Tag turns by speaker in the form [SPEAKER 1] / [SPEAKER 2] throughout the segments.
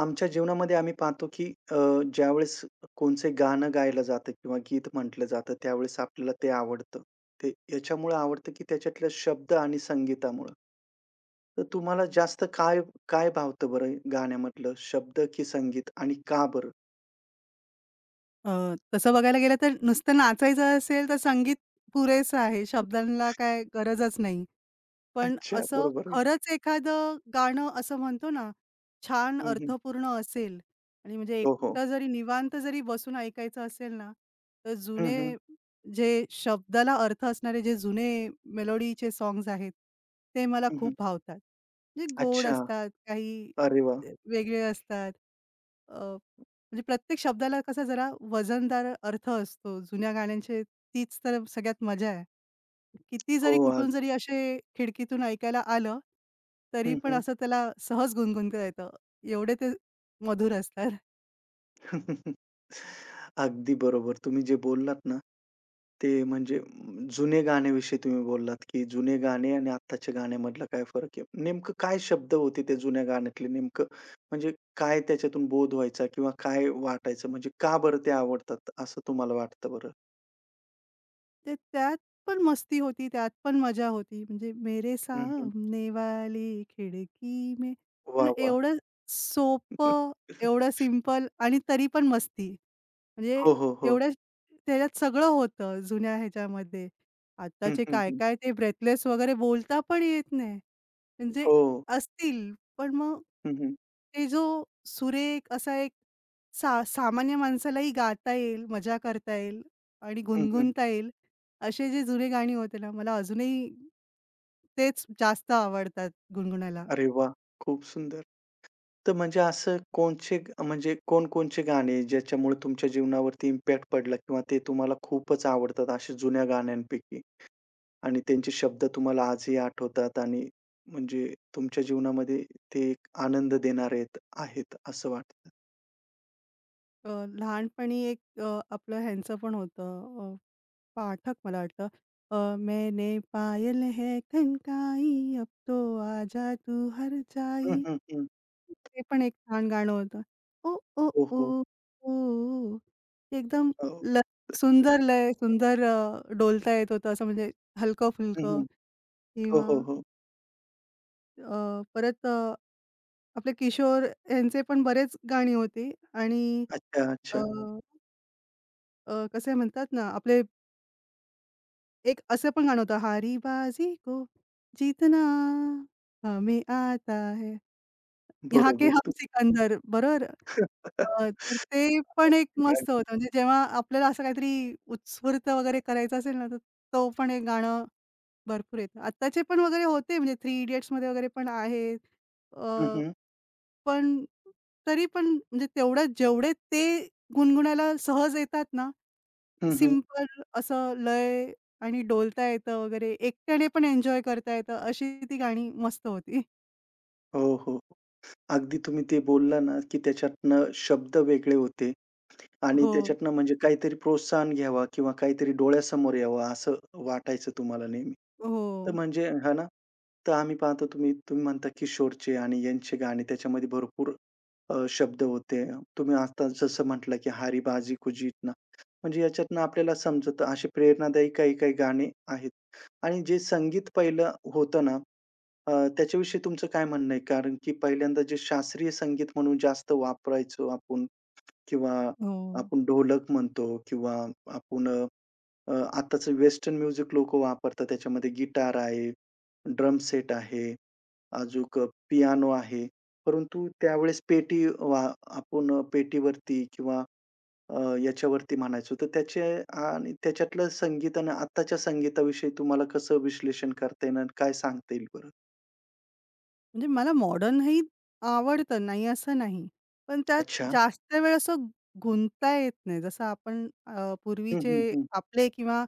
[SPEAKER 1] आमच्या जीवनामध्ये आम्ही पाहतो, की अ, ज्यावेळेस कोणचे गाणं गायलं जातं किंवा गीत म्हटलं जातं, त्यावेळेस आपल्याला ते आवडतं. ते याच्यामुळं आवडतं, की त्याच्यातले शब्द आणि संगीतामुळं. तर तुम्हाला जास्त काय काय भावतं बरं गाण्यामधलं शब्द की संगीत आणि का बरं?
[SPEAKER 2] अ, तसं बघायला गेलं तर नुसतं नाचायचं असेल तर संगीत पुरेसं आहे. शब्दांना काय गरजच नाही. पण
[SPEAKER 1] अच्छा,
[SPEAKER 2] असं
[SPEAKER 1] बरोबर आहे.
[SPEAKER 2] खरंच एखादं गाणं असं म्हणतो ना, छान
[SPEAKER 1] हं, हं.
[SPEAKER 2] अर्थपूर्ण असेल आणि म्हणजे
[SPEAKER 1] हो, हो.
[SPEAKER 2] एकटं जरी निवांत जरी बसून ऐकायचं असेल ना, तर
[SPEAKER 1] हं,
[SPEAKER 2] जुने
[SPEAKER 1] हं.
[SPEAKER 2] जे शब्दाला अर्थ असणारे जे जुने मेलोडीचे सॉन्ग्स आहेत, ते मला
[SPEAKER 1] हं,
[SPEAKER 2] खूप
[SPEAKER 1] हं.
[SPEAKER 2] भावतात. जे गोड
[SPEAKER 1] अच्छा.
[SPEAKER 2] असतात, काही
[SPEAKER 1] अरे वाह!
[SPEAKER 2] वेगळे असतात. म्हणजे प्रत्येक शब्दाला कसा जरा वजनदार अर्थ असतो. जुन्या गाण्यांचे तीच तर सगळ्यात मजा आहे. किती
[SPEAKER 1] हो,
[SPEAKER 2] जरी कुठून
[SPEAKER 1] अगदी.
[SPEAKER 2] जरी असे खिडकीतून ऐकायला आलं, तरी
[SPEAKER 1] हं,
[SPEAKER 2] पण
[SPEAKER 1] हं.
[SPEAKER 2] असं त्याला सहज गुणगुणता येतं. एवढे ते मधुर असतात.
[SPEAKER 1] अगदी बरोबर. तुम्ही जे बोललात ना, ते म्हणजे जुने गाण्याविषयी तुम्ही बोललात, की जुने गाणे आणि आत्ताच्या गाण्यामधला काय फरक आहे. नेमकं काय शब्द होते त्या जुन्या गाण्यातले नेमकं म्हणजे काय त्याच्यातून बोध व्हायचा किंवा काय वाटायचं म्हणजे का बरं ते आवडतात असं तुम्हाला वाटतं बरं?
[SPEAKER 2] ते त्यात पण मस्ती होती, त्यात पण मजा होती. म्हणजे मेरे
[SPEAKER 1] हं, हं.
[SPEAKER 2] सामने वाली खिडकी में पण
[SPEAKER 1] वाह! वाह!
[SPEAKER 2] एवढं सोपं, एवढं सिंपल आणि तरी पण मस्ती. म्हणजे
[SPEAKER 1] हो, हो, हो.
[SPEAKER 2] एवढ्या त्याच्यात सगळं होतं जुन्या ह्याच्यामध्ये.
[SPEAKER 1] हं,
[SPEAKER 2] आत्ताचे
[SPEAKER 1] हं, हं.
[SPEAKER 2] काय-काय ते ब्रेथलेस वगैरे बोलता पण येत नाही. म्हणजे
[SPEAKER 1] हो.
[SPEAKER 2] असतील, पण मग
[SPEAKER 1] हं, हं.
[SPEAKER 2] ते जो सुरेख असा एक सामान्य माणसालाही गाता येईल, मजा करता येईल आणि
[SPEAKER 1] हं, हं.
[SPEAKER 2] गुणगुणता येईल, असे जे जुने गाणी होते ना, मला अजूनही तेच जास्त आवडतात गुणगुणायला.
[SPEAKER 1] अरे वाह! खूप सुंदर. तर म्हणजे असं कोणचे म्हणजे कोणकोणचे गाणे ज्याच्यामुळे तुमच्या जीवनावरती इम्पॅक्ट पडला किंवा ते तुम्हाला खूपच आवडतात अशा जुन्या गाण्यांपैकी आणि त्यांचे शब्द तुम्हाला आजही आठवतात आणि म्हणजे तुमच्या जीवनामध्ये ते एक आनंद देणारे आहेत आहेत असं वाटतं?
[SPEAKER 2] अ, लहानपणी एक आपलं ह्यांचं पण होतं पाठक मला वाटतं. मैंने पायल है खनकाई, अब तो आजा तू हर
[SPEAKER 1] हं,
[SPEAKER 2] जाई
[SPEAKER 1] हं, हं.
[SPEAKER 2] ते पण एक छान गाणं होतं. ओ, ओ,
[SPEAKER 1] हो,
[SPEAKER 2] ओ,
[SPEAKER 1] हो.
[SPEAKER 2] ओ, ते एकदम
[SPEAKER 1] हो.
[SPEAKER 2] ल सुंदर लय, सुंदर डोलता येत होतं असं म्हणजे
[SPEAKER 1] हं, हं.
[SPEAKER 2] हलकं-फुलकं
[SPEAKER 1] हो,
[SPEAKER 2] किंवा
[SPEAKER 1] हो, हो.
[SPEAKER 2] परत आपले किशोर यांचे पण बरेच गाणी होती आणि
[SPEAKER 1] अच्छा,
[SPEAKER 2] अ,
[SPEAKER 1] अच्छा.
[SPEAKER 2] अ, कसे म्हणतात ना, आपले एक असं पण गाणं होतं, हारी बाजी को जीतना हमें आता है. यहाँ के
[SPEAKER 1] बरोबर
[SPEAKER 2] हम
[SPEAKER 1] तू
[SPEAKER 2] सिकंदर बरोबर. तर ते पण एक मस्त होतं. म्हणजे जेव्हा आपल्याला असं काहीतरी उत्स्फूर्त वगैरे करायचं असेल ना, तर तो पण एक गाणं भरपूर येतं. आत्ताचे पण वगैरे होते म्हणजे थ्री इडियट्समध्ये वगैरे पण आहे. अ,
[SPEAKER 1] हं, हं.
[SPEAKER 2] पण तरी पण म्हणजे तेवढं जेवढे ते गुणगुणायला सहज येतात ना,
[SPEAKER 1] हं, हं.
[SPEAKER 2] सिंपल असं लय आणि डोलता येतं वगैरे. एकट्याने पण एन्जॉय करता येतं अशी ती गाणी मस्त होती.
[SPEAKER 1] हो, हो. अगदी तुम्ही ते बोलला ना, की त्याच्यातनं शब्द वेगळे होते. आणि
[SPEAKER 2] हो,
[SPEAKER 1] त्याच्यातनं म्हणजे काहीतरी प्रोत्साहन घ्यावा किंवा काहीतरी डोळ्यासमोर यावं असं वाटायचं तुम्हाला नेहमी. तर
[SPEAKER 2] हो,
[SPEAKER 1] म्हणजे हां ना, तर आम्ही पाहतो तुम्ही तुम्ही म्हणता किशोरचे आणि यांचे गाणे त्याच्यामध्ये भरपूर शब्द होते. तुम्ही आता जसं म्हटलं की "हारी बाजी को जीतना" म्हणजे याच्यातनं आपल्याला समजतं अशी प्रेरणादायी काही-काही गाणे आहेत. आणि जे संगीत पहिलं होतं ना, अ, त्याच्याविषयी तुमचं काय म्हणणं आहे? कारण की पहिल्यांदा जे शास्त्रीय संगीत म्हणून जास्त वापरायचो आपण किंवा
[SPEAKER 2] हो.
[SPEAKER 1] आपण ढोलक म्हणतो किंवा आपण अ, आत्ताचं वेस्टर्न म्युझिक लोकं वापरतात. त्याच्यामध्ये गिटार आहे, ड्रम सेट आहे, अजूक पियानो आहे. परंतु त्यावेळेस पेटी आपण पेटीवरती किंवा याच्यावरती म्हणायचो. तर त्याचे आणि त्याच्यातलं संगीत आणि आत्ताच्या संगीताविषयी तुम्हाला कसं विश्लेषण करता येईल आणि काय सांगता येईल बरं?
[SPEAKER 2] म्हणजे मला मॉडर्नही आवडतं, नाही असं नाही. पण त्यात
[SPEAKER 1] अच्छा.
[SPEAKER 2] जास्त वेळ असं गुंतता येत नाही. जसं आपण
[SPEAKER 1] हं, हं,
[SPEAKER 2] पूर्वीचे
[SPEAKER 1] हं.
[SPEAKER 2] आपले किंवा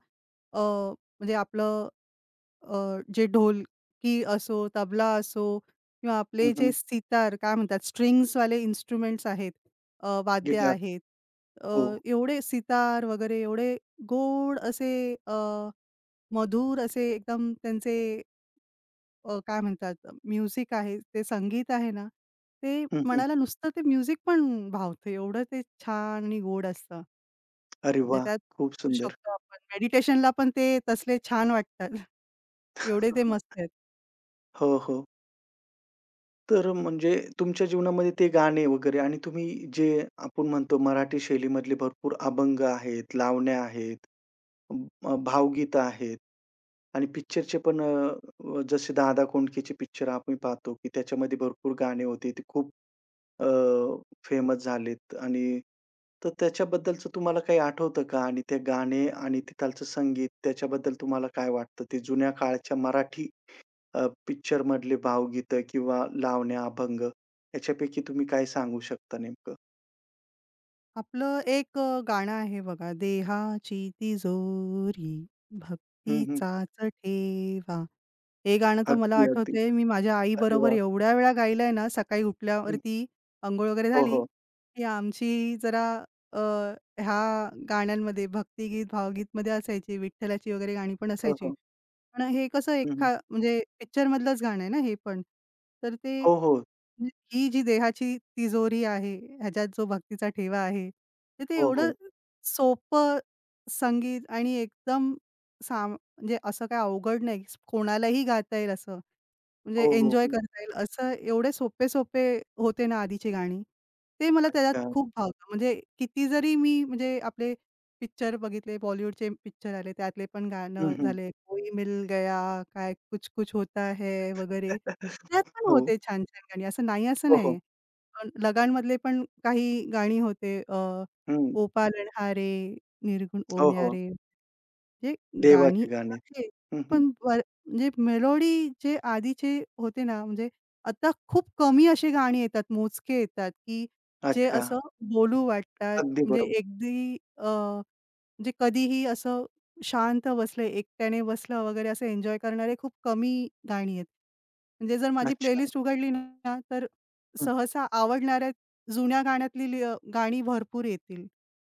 [SPEAKER 2] अ, म्हणजे आपलं जे ढोलकी असो, तबला असो किंवा
[SPEAKER 1] हं,
[SPEAKER 2] आपले जे
[SPEAKER 1] हं.
[SPEAKER 2] सितार काय म्हणतात strings वाले इन्स्ट्रुमेंट्स आहेत, वाद्य
[SPEAKER 1] गिटार.
[SPEAKER 2] आहेत. अ,
[SPEAKER 1] हो.
[SPEAKER 2] एवढे सितार वगैरे एवढे गोड असे अ, मधुर असे एकदम त्यांचे काय म्हणतात म्युझिक आहे, ते संगीत आहे ना, ते
[SPEAKER 1] हं, हं.
[SPEAKER 2] मनाला नुसतं ते म्युझिक पण भावतं. एवढं ते छान आणि गोड असतं.
[SPEAKER 1] अरे
[SPEAKER 2] म्हणजे
[SPEAKER 1] वाह!
[SPEAKER 2] त्यात
[SPEAKER 1] खूप सुंदर.
[SPEAKER 2] शकतो आपण मेडिटेशनला पण ते तसले छान वाटतात. एवढे ते मस्त आहेत.
[SPEAKER 1] हो, हो. तर म्हणजे तुमच्या जीवनामध्ये ते गाणे वगैरे आणि तुम्ही जे आपण म्हणतो मराठी शैलीमधले भरपूर अभंग आहेत, लावण्या आहेत, भावगीतं आहेत आणि पिक्चरचे पण जसे दादा कोंडकेचे पिक्चर आपण पाहतो, की त्याच्यामध्ये भरपूर गाणे होते. ते खूप अ, फेमस झालेत आणि तर त्याच्याबद्दलचं तुम्हाला काही आठवतं का? आणि ते गाणे आणि तिथालचं संगीत त्याच्याबद्दल तुम्हाला काय वाटतं? ते जुन्या काळच्या मराठी अ, मधले भावगीतं किंवा लावण्या, अभंग याच्यापैकी तुम्ही काय सांगू शकता नेमकं?
[SPEAKER 2] आपलं एक गाणं आहे बघा, देहाची तिजोरी
[SPEAKER 1] हं, हं.
[SPEAKER 2] भक्तीचाच ठेवा. हे गाणं तर मला
[SPEAKER 1] अगदी, अगदी.
[SPEAKER 2] आठवतंय मी माझ्या
[SPEAKER 1] अरे
[SPEAKER 2] आईबरोबर
[SPEAKER 1] वाह!
[SPEAKER 2] एवढ्या वेळा गायलंय ना, सकाळी
[SPEAKER 1] हं.
[SPEAKER 2] उठल्यावरती अंघोळ वगैरे
[SPEAKER 1] हो,
[SPEAKER 2] झाली,
[SPEAKER 1] हो.
[SPEAKER 2] की आमची जरा अ, ह्या गाण्यांमध्ये भक्तिगीत, भावगीतमध्ये असायची, विठ्ठलाची वगैरे गाणी पण
[SPEAKER 1] हो,
[SPEAKER 2] असायची.
[SPEAKER 1] हो.
[SPEAKER 2] पण हे कसं
[SPEAKER 1] हं, हं.
[SPEAKER 2] म्हणजे पिक्चरमधलंच गाणं आहे ना हे पण. तर ते
[SPEAKER 1] हो, हो.
[SPEAKER 2] म्हणजे ही जी देहाची तिजोरी आहे, ह्याच्यात जो भक्तीचा ठेवा आहे, तर ते
[SPEAKER 1] हो,
[SPEAKER 2] एवढं
[SPEAKER 1] हो.
[SPEAKER 2] सोपं संगीत आणि एकदम म्हणजे असं काही अवघड नाही, कोणालाही गाता येईल असं. म्हणजे
[SPEAKER 1] हो, हो.
[SPEAKER 2] एन्जॉय
[SPEAKER 1] हं.
[SPEAKER 2] करता येईल असं एवढे सोपे-सोपे होते ना आधीची गाणी. ते मला त्याच्यात
[SPEAKER 1] अच्छा.
[SPEAKER 2] खूप भावतं. म्हणजे किती जरी मी म्हणजे आपले पिक्चर बघितले, बॉलिवूडचे पिक्चर आले, त्यातले पण
[SPEAKER 1] हं,
[SPEAKER 2] गाणं
[SPEAKER 1] हं.
[SPEAKER 2] झाले, कोई मिल गया, काय कुछ कुछ होता है वगैरे. त्यात पण
[SPEAKER 1] हो.
[SPEAKER 2] होते छान-छान गाणी. असं नाही असं
[SPEAKER 1] हो, हो.
[SPEAKER 2] नाही. पण लगानमधले पण काही गाणी होते.
[SPEAKER 1] हं.
[SPEAKER 2] ओ पालनहारे, निर्गुण
[SPEAKER 1] हो, हो.
[SPEAKER 2] ओन्यारे. म्हणजे गाणी
[SPEAKER 1] देवाचे गाणे.
[SPEAKER 2] आहेत,
[SPEAKER 1] हं, हं.
[SPEAKER 2] पण म्हणजे मेलोडी जे आधीचे होते ना, म्हणजे आता खूप कमी अशी गाणी येतात, मोजके येतात, की जे
[SPEAKER 1] अच्छा.
[SPEAKER 2] असं बोलू वाटतात.
[SPEAKER 1] अगदी
[SPEAKER 2] म्हणजे
[SPEAKER 1] बरोबर.
[SPEAKER 2] अगदी म्हणजे कधीही असं शांत बसले, एकट्याने बसलं वगैरे असं एन्जॉय करणारे खूप कमी गाणी आहेत. म्हणजे जर माझी
[SPEAKER 1] अच्छा.
[SPEAKER 2] प्लेलिस्ट उघडली ना, तर
[SPEAKER 1] हं.
[SPEAKER 2] सहसा आवडणाऱ्या जुन्या गाण्यातली गाणी भरपूर येतील.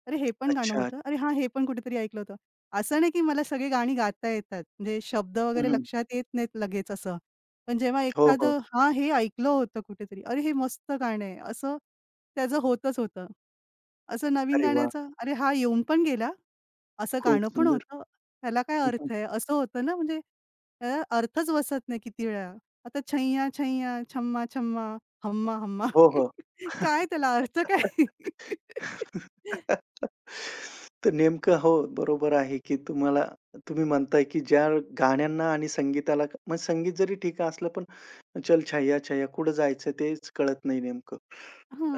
[SPEAKER 2] "अरे, हे पण गाणं
[SPEAKER 1] अच्छा.
[SPEAKER 2] होतं. अरे हां, हे पण कुठेतरी ऐकलं होतं." असं नाही की मला सगळी गाणी गाता येतात. म्हणजे शब्द
[SPEAKER 1] हं,
[SPEAKER 2] वगैरे
[SPEAKER 1] हं.
[SPEAKER 2] लक्षात येत नाहीत लगेच असं. पण जेव्हा
[SPEAKER 1] हो, हो.
[SPEAKER 2] एखादं हां, हे ऐकलं होतं कुठेतरी. अरे, हे मस्त गाणं आहे. असं त्याचं होतच होतं. असं नवीन
[SPEAKER 1] अरे वाह!
[SPEAKER 2] गाण्याचं, अरे, हा येऊन पण गेला. असं
[SPEAKER 1] खूप
[SPEAKER 2] गाणं पण
[SPEAKER 1] सुंदर.
[SPEAKER 2] होतं. त्याला काय
[SPEAKER 1] हं, हं.
[SPEAKER 2] अर्थ आहे? असं होतं ना म्हणजे त्याला अर्थच बसत नाही किती वेळा. आता छैया, छैया, छम्मा, छम्मा, हम्मा, हम्मा.
[SPEAKER 1] हो, हो.
[SPEAKER 2] काय त्याला अर्थ काय?
[SPEAKER 1] तर नेमकं हो, बरोबर आहे, की तुम्हाला तुम्ही म्हणताय, की ज्या गाण्यांना आणि संगीताला मग संगीत जरी ठीक असलं, पण "चल छैया छैया" कुठं जायचं तेच कळत नाही नेमकं,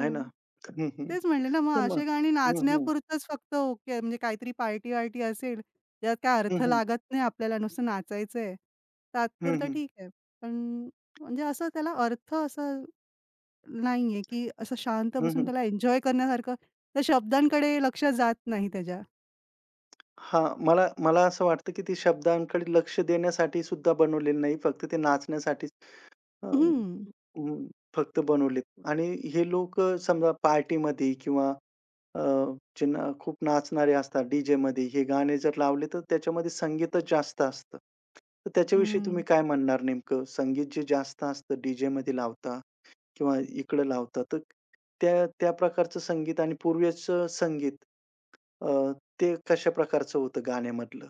[SPEAKER 1] आहे ना? हं, हं.
[SPEAKER 2] तेच म्हणले ना, मग
[SPEAKER 1] ते मग
[SPEAKER 2] असे गाणी
[SPEAKER 1] हं, हं.
[SPEAKER 2] नाचण्यापुरतंच फक्त ओके, म्हणजे काहीतरी पार्टी-वार्टी असेल, ज्यात काय
[SPEAKER 1] हं,
[SPEAKER 2] अर्थ
[SPEAKER 1] हं.
[SPEAKER 2] लागत नाही आपल्याला, नुसतं नाचायचंय,
[SPEAKER 1] हं,
[SPEAKER 2] तात्पुरतं
[SPEAKER 1] हं.
[SPEAKER 2] ठीक आहे. पण म्हणजे असं त्याला अर्थ असं नाहीये, की असं शांत
[SPEAKER 1] हं,
[SPEAKER 2] बसून
[SPEAKER 1] हं.
[SPEAKER 2] त्याला एन्जॉय करण्यासारखं त्या शब्दांकडे लक्ष जात नाही त्याच्या.
[SPEAKER 1] हां, मला मला असं वाटतं, की ते शब्दांकडे लक्ष देण्यासाठी सुद्धा बनवलेलं नाही, फक्त ते नाचण्यासाठीच अ,
[SPEAKER 2] हं.
[SPEAKER 1] हं, फक्त बनवलेत आणि हे लोकं समजा पार्टीमध्ये किंवा अ, जे ना खूप नाचणारे असतात डीजेमध्ये, हे गाणे जर लावले तर त्याच्यामध्ये संगीतच जास्त असतं. तर त्याच्याविषयी तुम्ही
[SPEAKER 2] हं.
[SPEAKER 1] काय म्हणणार नेमकं? संगीत जे जास्त असतं डीजेमध्ये लावता किंवा इकडं लावता, तर त्या त्या प्रकारचं संगीत आणि पूर्वीचं संगीत अ, ते कशा प्रकारचं होतं गाण्यामधलं?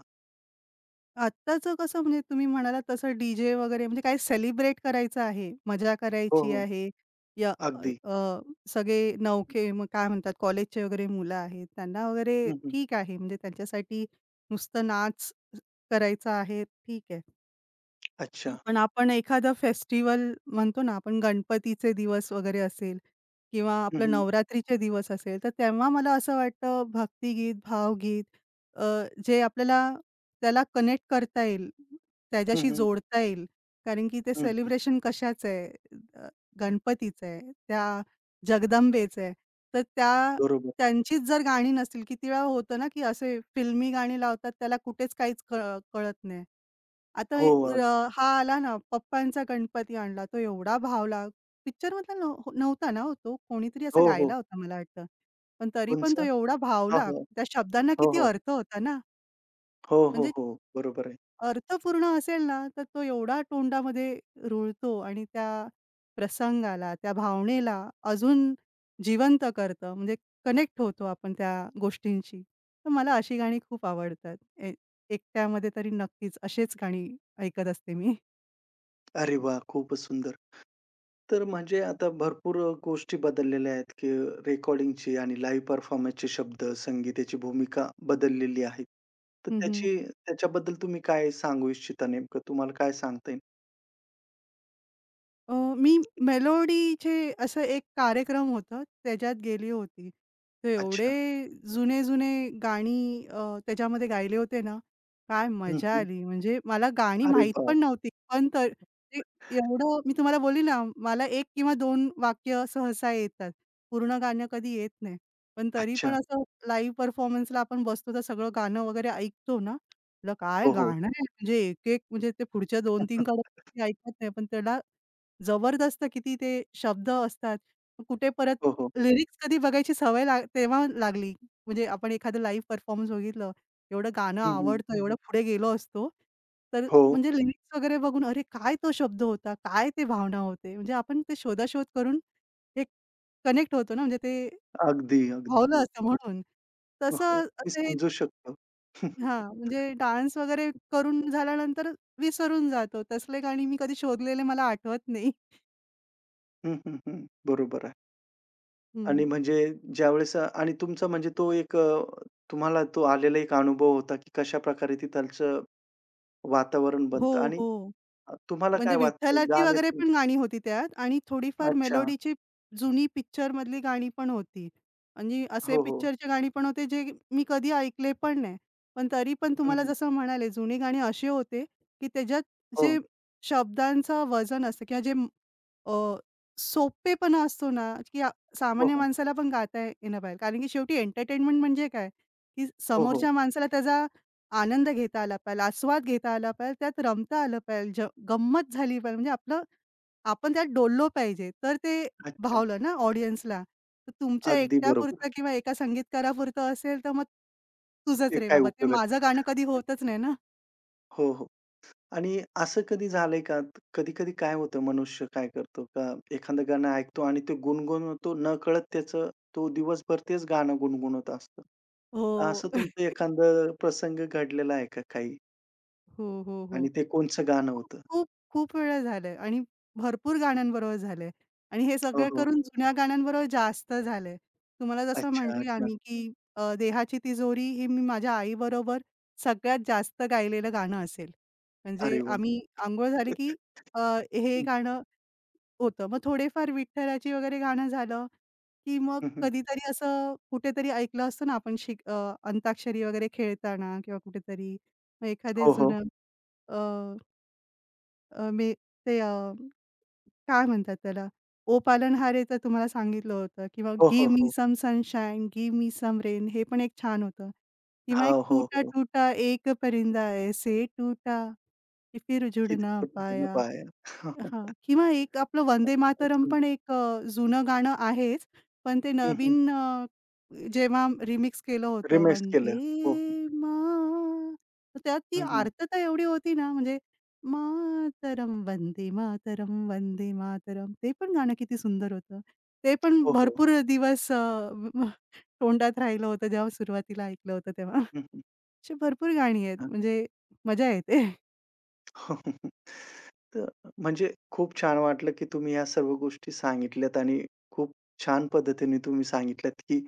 [SPEAKER 2] आत्ताचं कसं म्हणजे तुम्ही म्हणालात तसं डी-जे वगैरे म्हणजे काय सेलिब्रेट करायचं आहे, मजा
[SPEAKER 1] हो,
[SPEAKER 2] करायची
[SPEAKER 1] हो.
[SPEAKER 2] आहे. या अ,
[SPEAKER 1] अगदी.
[SPEAKER 2] अ, सगळे नवखे मग काय म्हणतात कॉलेजचे वगैरे मुलं आहेत, त्यांना वगैरे
[SPEAKER 1] हं, हं.
[SPEAKER 2] ठीक आहे म्हणजे त्यांच्यासाठी नुसतं नाच करायचा आहे, ठीक आहे.
[SPEAKER 1] अच्छा.
[SPEAKER 2] पण आपण एखादा फेस्टिवल म्हणतो ना, आपण गणपतीचे दिवस वगैरे असेल किंवा
[SPEAKER 1] हं,
[SPEAKER 2] आपलं
[SPEAKER 1] हं.
[SPEAKER 2] नवरात्रीचे दिवस असेल, तर तेव्हा मला असं वाटतं भक्तिगीत, भावगीत अ, जे आपल्याला त्याला कनेक्ट करता येईल,
[SPEAKER 1] हं,
[SPEAKER 2] त्याच्याशी
[SPEAKER 1] हं.
[SPEAKER 2] जोडता येईल. कारण की ते
[SPEAKER 1] हं, हं.
[SPEAKER 2] सेलिब्रेशन कशाचं आहे, अ, गणपतीचं आहे, त्या जगदंबेचं आहे. तर त्या
[SPEAKER 1] बरोबर.
[SPEAKER 2] त्यांचीच जर गाणी नसतील, किती वेळा होतं ना, की असे फिल्मी गाणी लावतात त्याला कुठेच काहीच कळत नाही. आता
[SPEAKER 1] हो,
[SPEAKER 2] हे हा आला ना, पप्पांचा गणपती आणला, तो एवढा भावला. पिक्चरमधला नव्हता ना हो तो, कोणीतरी असा
[SPEAKER 1] हो, हो.
[SPEAKER 2] गायला होता मला वाटतं. पण तरी पण तो
[SPEAKER 1] कोणचं?
[SPEAKER 2] एवढा
[SPEAKER 1] हां,
[SPEAKER 2] भावला,
[SPEAKER 1] हां.
[SPEAKER 2] त्या शब्दांना
[SPEAKER 1] हो,
[SPEAKER 2] किती
[SPEAKER 1] हो.
[SPEAKER 2] अर्थ होता ना.
[SPEAKER 1] हो, हो,
[SPEAKER 2] म्हणजे
[SPEAKER 1] हो. बरोबर आहे.
[SPEAKER 2] अर्थपूर्ण असेल ना, तर तो एवढा तोंडामध्ये रुळतो आणि त्या प्रसंगाला, त्या भावनेला अजून जिवंत करतं. म्हणजे कनेक्ट होतो आपण त्या गोष्टींशी. तर मला अशी गाणी खूप आवडतात. एकट्यामध्ये तरी नक्कीच अशीच गाणी ऐकत असते मी.
[SPEAKER 1] अरे वाह! खूपच सुंदर. तर म्हणजे आता भरपूर गोष्टी बदललेल्या आहेत, की रेकॉर्डिंगची आणि लाईव्ह परफॉर्मन्सचे शब्द, संगीताची भूमिका बदललेली आहे. तर
[SPEAKER 2] हं,
[SPEAKER 1] त्याच्याबद्दल तुम्ही काय सांगू इच्छिता नेमकं? तुम्हाला काय सांगता येईल?
[SPEAKER 2] मी मेलोडीचे असं एक कार्यक्रम होतं, त्याच्यात गेली होती. तर एवढे
[SPEAKER 1] अच्छा.
[SPEAKER 2] जुने-जुने गाणी त्याच्यामध्ये गायले होते ना, काय
[SPEAKER 1] हं,
[SPEAKER 2] मजा
[SPEAKER 1] हं.
[SPEAKER 2] आली. म्हणजे मला गाणी
[SPEAKER 1] अरे
[SPEAKER 2] माहीत
[SPEAKER 1] बाप!
[SPEAKER 2] पण नव्हती. पण तर ते एवढं मी तुम्हाला बोलली ना, मला 1 किंवा 2 वाक्य सहसा येतात. पूर्ण गाणं कधी येत नाही. पण तरी पण
[SPEAKER 1] अच्छा.
[SPEAKER 2] असं लाईव्ह परफॉर्मन्सला आपण बसतो तर सगळं गाणं वगैरे ऐकतो ना, म्हटलं काय
[SPEAKER 1] हो, हो.
[SPEAKER 2] गाणं आहे म्हणजे एक-एक म्हणजे ते पुढच्या 2-3 कडे ऐकत नाही, पण त्याला जबरदस्त किती ते शब्द असतात. कुठे परत
[SPEAKER 1] हो, हो.
[SPEAKER 2] लिरिक्स कधी बघायची सवय लाग तेव्हा लागली. म्हणजे आपण एखादं लाईव्ह परफॉर्मन्स बघितलं, एवढं गाणं
[SPEAKER 1] हं, हं.
[SPEAKER 2] आवडतं, हं. एवढं पुढे गेलो असतो. तर
[SPEAKER 1] हो.
[SPEAKER 2] म्हणजे लिरिक्स वगैरे बघून अरे काय तो शब्द होता? काय ते भावना होते? म्हणजे आपण ते शोधाशोध करून एक कनेक्ट होतो ना, म्हणजे ते
[SPEAKER 1] अगदी, अगदी.
[SPEAKER 2] भावलं असतं म्हणून.
[SPEAKER 1] हो, हो.
[SPEAKER 2] तसं
[SPEAKER 1] मी
[SPEAKER 2] असं हे
[SPEAKER 1] समजू शकतो.
[SPEAKER 2] हां, म्हणजे डान्स वगैरे करून झाल्यानंतर विसरून जातो. तसले गाणी मी कधी शोधलेले मला आठवत नाही.
[SPEAKER 1] हं, हं. हं, हं, हं. बरोबर आहे. आणि
[SPEAKER 2] हं.
[SPEAKER 1] म्हणजे ज्यावेळेस आणि तुमचा म्हणजे तो एक तुम्हाला तो आलेला एक अनुभव होता, की कशाप्रकारे तिथालचं वातावरण बनतं
[SPEAKER 2] हो,
[SPEAKER 1] आणि
[SPEAKER 2] हो.
[SPEAKER 1] तुम्हाला काय
[SPEAKER 2] म्हणजे
[SPEAKER 1] वाटतं
[SPEAKER 2] विठ्ठलाची वगैरे
[SPEAKER 1] गाण्यातील
[SPEAKER 2] पण गाणी होती त्यात आणि थोडीफार
[SPEAKER 1] अच्छा.
[SPEAKER 2] मेलोडीची जुनी पिक्चरमधली गाणी पण होती. आणि असे
[SPEAKER 1] हो, हो.
[SPEAKER 2] पिक्चरची गाणी पण होते जे मी कधी ऐकले पण नाही. पण तरी पण
[SPEAKER 1] हं,
[SPEAKER 2] तुम्हाला
[SPEAKER 1] हं.
[SPEAKER 2] जसं म्हणाले जुनी गाणी असे होते, की त्याच्यात जे
[SPEAKER 1] हो,
[SPEAKER 2] शब्दांचं वजन असतं किंवा जे अ, सोपेपणा असतो ना, की
[SPEAKER 1] हो,
[SPEAKER 2] सामान्य
[SPEAKER 1] हो.
[SPEAKER 2] माणसाला पण गाता येणं पाहिजे. कारण की शेवटी एंटरटेनमेंट म्हणजे काय, की
[SPEAKER 1] हो, हो.
[SPEAKER 2] समोरच्या माणसाला त्याचा आनंद घेता आला पाहिजे, आस्वाद घेता आला पाहिजे, त्यात रमता आलं पाहिजे, गंमत झाली पाहिजे. म्हणजे आपलं आपण त्यात डोललो पाहिजे. तर ते
[SPEAKER 1] अच्छा.
[SPEAKER 2] भावलं ना ऑडियन्सला. तर तुमच्या
[SPEAKER 1] अगदी बरोबर.
[SPEAKER 2] एकट्यापुरतं किंवा एका संगीतकारापुरतं असेल, तर मग तुझंच
[SPEAKER 1] ते
[SPEAKER 2] रे
[SPEAKER 1] काय
[SPEAKER 2] बाबा, ते माझं गाणं कधी
[SPEAKER 1] उपयोगाचं.
[SPEAKER 2] होतच नाही ना.
[SPEAKER 1] हो, हो. आणि असं कधी झालंय का? कधी-कधी काय होतं मनुष्य काय करतो का एखादं गाणं ऐकतो आणि ते गुणगुणवतो नकळत त्याचं तो दिवसभर तेच गाणं गुणगुणत असतो.
[SPEAKER 2] हो.
[SPEAKER 1] असं तुमचं एखादं प्रसंग घडलेला आहे का काही?
[SPEAKER 2] हो, हो,
[SPEAKER 1] आणि
[SPEAKER 2] हो.
[SPEAKER 1] ते कोणचं गाणं
[SPEAKER 2] खूप,
[SPEAKER 1] होतं?
[SPEAKER 2] खूप, खूप वेळा झालंय आणि भरपूर गाण्यांबरोबर झालंय आणि हे
[SPEAKER 1] हो,
[SPEAKER 2] सगळं
[SPEAKER 1] हो.
[SPEAKER 2] करून जुन्या गाण्यांबरोबर जास्त झालंय. तुम्हाला जसं
[SPEAKER 1] अच्छा,
[SPEAKER 2] म्हटली
[SPEAKER 1] अच्छा.
[SPEAKER 2] आम्ही, की देहाची तिजोरी हे मी माझ्या आईबरोबर सगळ्यात जास्त गायलेलं गाणं असेल. म्हणजे
[SPEAKER 1] अरे वाह!
[SPEAKER 2] आम्ही अंघोळ झाली, की अ, हे गाणं होतं. मग थोडेफार विठ्ठलाची वगैरे गाणं झालं, की मग
[SPEAKER 1] हं, हं, हं.
[SPEAKER 2] कधीतरी असं कुठेतरी ऐकलं असतं ना आपण अंताक्षरी वगैरे खेळताना किंवा कुठेतरी मग एखादे
[SPEAKER 1] हो, हो.
[SPEAKER 2] जुनं अ अ, मे ते अ, काय म्हणतात त्याला? ओ पालनहारेचं तुम्हाला सांगितलं होतं किंवा
[SPEAKER 1] हो, हो,
[SPEAKER 2] गिव्ह मी
[SPEAKER 1] हो.
[SPEAKER 2] Some sunshine, give me some rain हे पण एक छान होतं किंवा एक
[SPEAKER 1] हां, हो, हो.
[SPEAKER 2] टूटा-टूटा एक परिंदा ऐसे टूटा, कि फिर जुड ना
[SPEAKER 1] किती न
[SPEAKER 2] पाया.
[SPEAKER 1] पाया.
[SPEAKER 2] हां. किंवा एक आपलं वंदे मातरम पण एक जुनं गाणं आहेच. पण ते
[SPEAKER 1] हं,
[SPEAKER 2] नवीन जेव्हा रिमिक्स केलं होतं
[SPEAKER 1] केलं. हो, हो.
[SPEAKER 2] वंदे मा तर त्यात ती
[SPEAKER 1] हं, हं.
[SPEAKER 2] आर्तता एवढी होती ना, म्हणजे मातरम वंदे मातरम, वंदे मातरम. ते पण गाणं किती सुंदर होतं. ते पण
[SPEAKER 1] हो, हो.
[SPEAKER 2] भरपूर दिवस म- तोंडात राहिलं होतं, जेव्हा सुरुवातीला ऐकलं होतं तेव्हा.
[SPEAKER 1] हं, हं.
[SPEAKER 2] अशी भरपूर गाणी आहेत, म्हणजे मजा येते.
[SPEAKER 1] हो. तर म्हणजे खूप छान वाटलं, की तुम्ही या सर्व गोष्टी सांगितल्यात आणि खूप छान पद्धतीने तुम्ही सांगितल्यात, की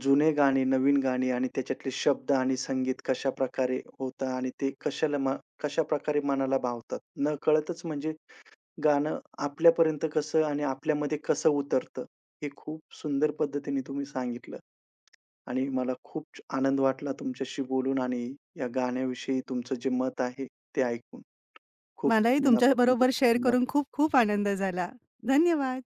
[SPEAKER 1] जुने गाणे, नवीन गाणी आणि त्याच्यातले शब्द आणि संगीत कशाप्रकारे होतं आणि ते कशाला कशाप्रकारे मनाला भावतात. नकळतच म्हणजे गाणं आपल्यापर्यंत कसं आणि आपल्यामध्ये कसं उतरतं, हे खूप सुंदर पद्धतीने तुम्ही सांगितलं आणि मला खूप आनंद वाटला तुमच्याशी बोलून आणि या गाण्याविषयी तुमचं जे मत आहे, ते ऐकून. खूप
[SPEAKER 2] मलाही
[SPEAKER 1] खूप मनापासून खूप
[SPEAKER 2] तुमच्याबरोबर शेअर करून
[SPEAKER 1] धन्यवाद.
[SPEAKER 2] खूप खूप आनंद झाला. धन्यवाद.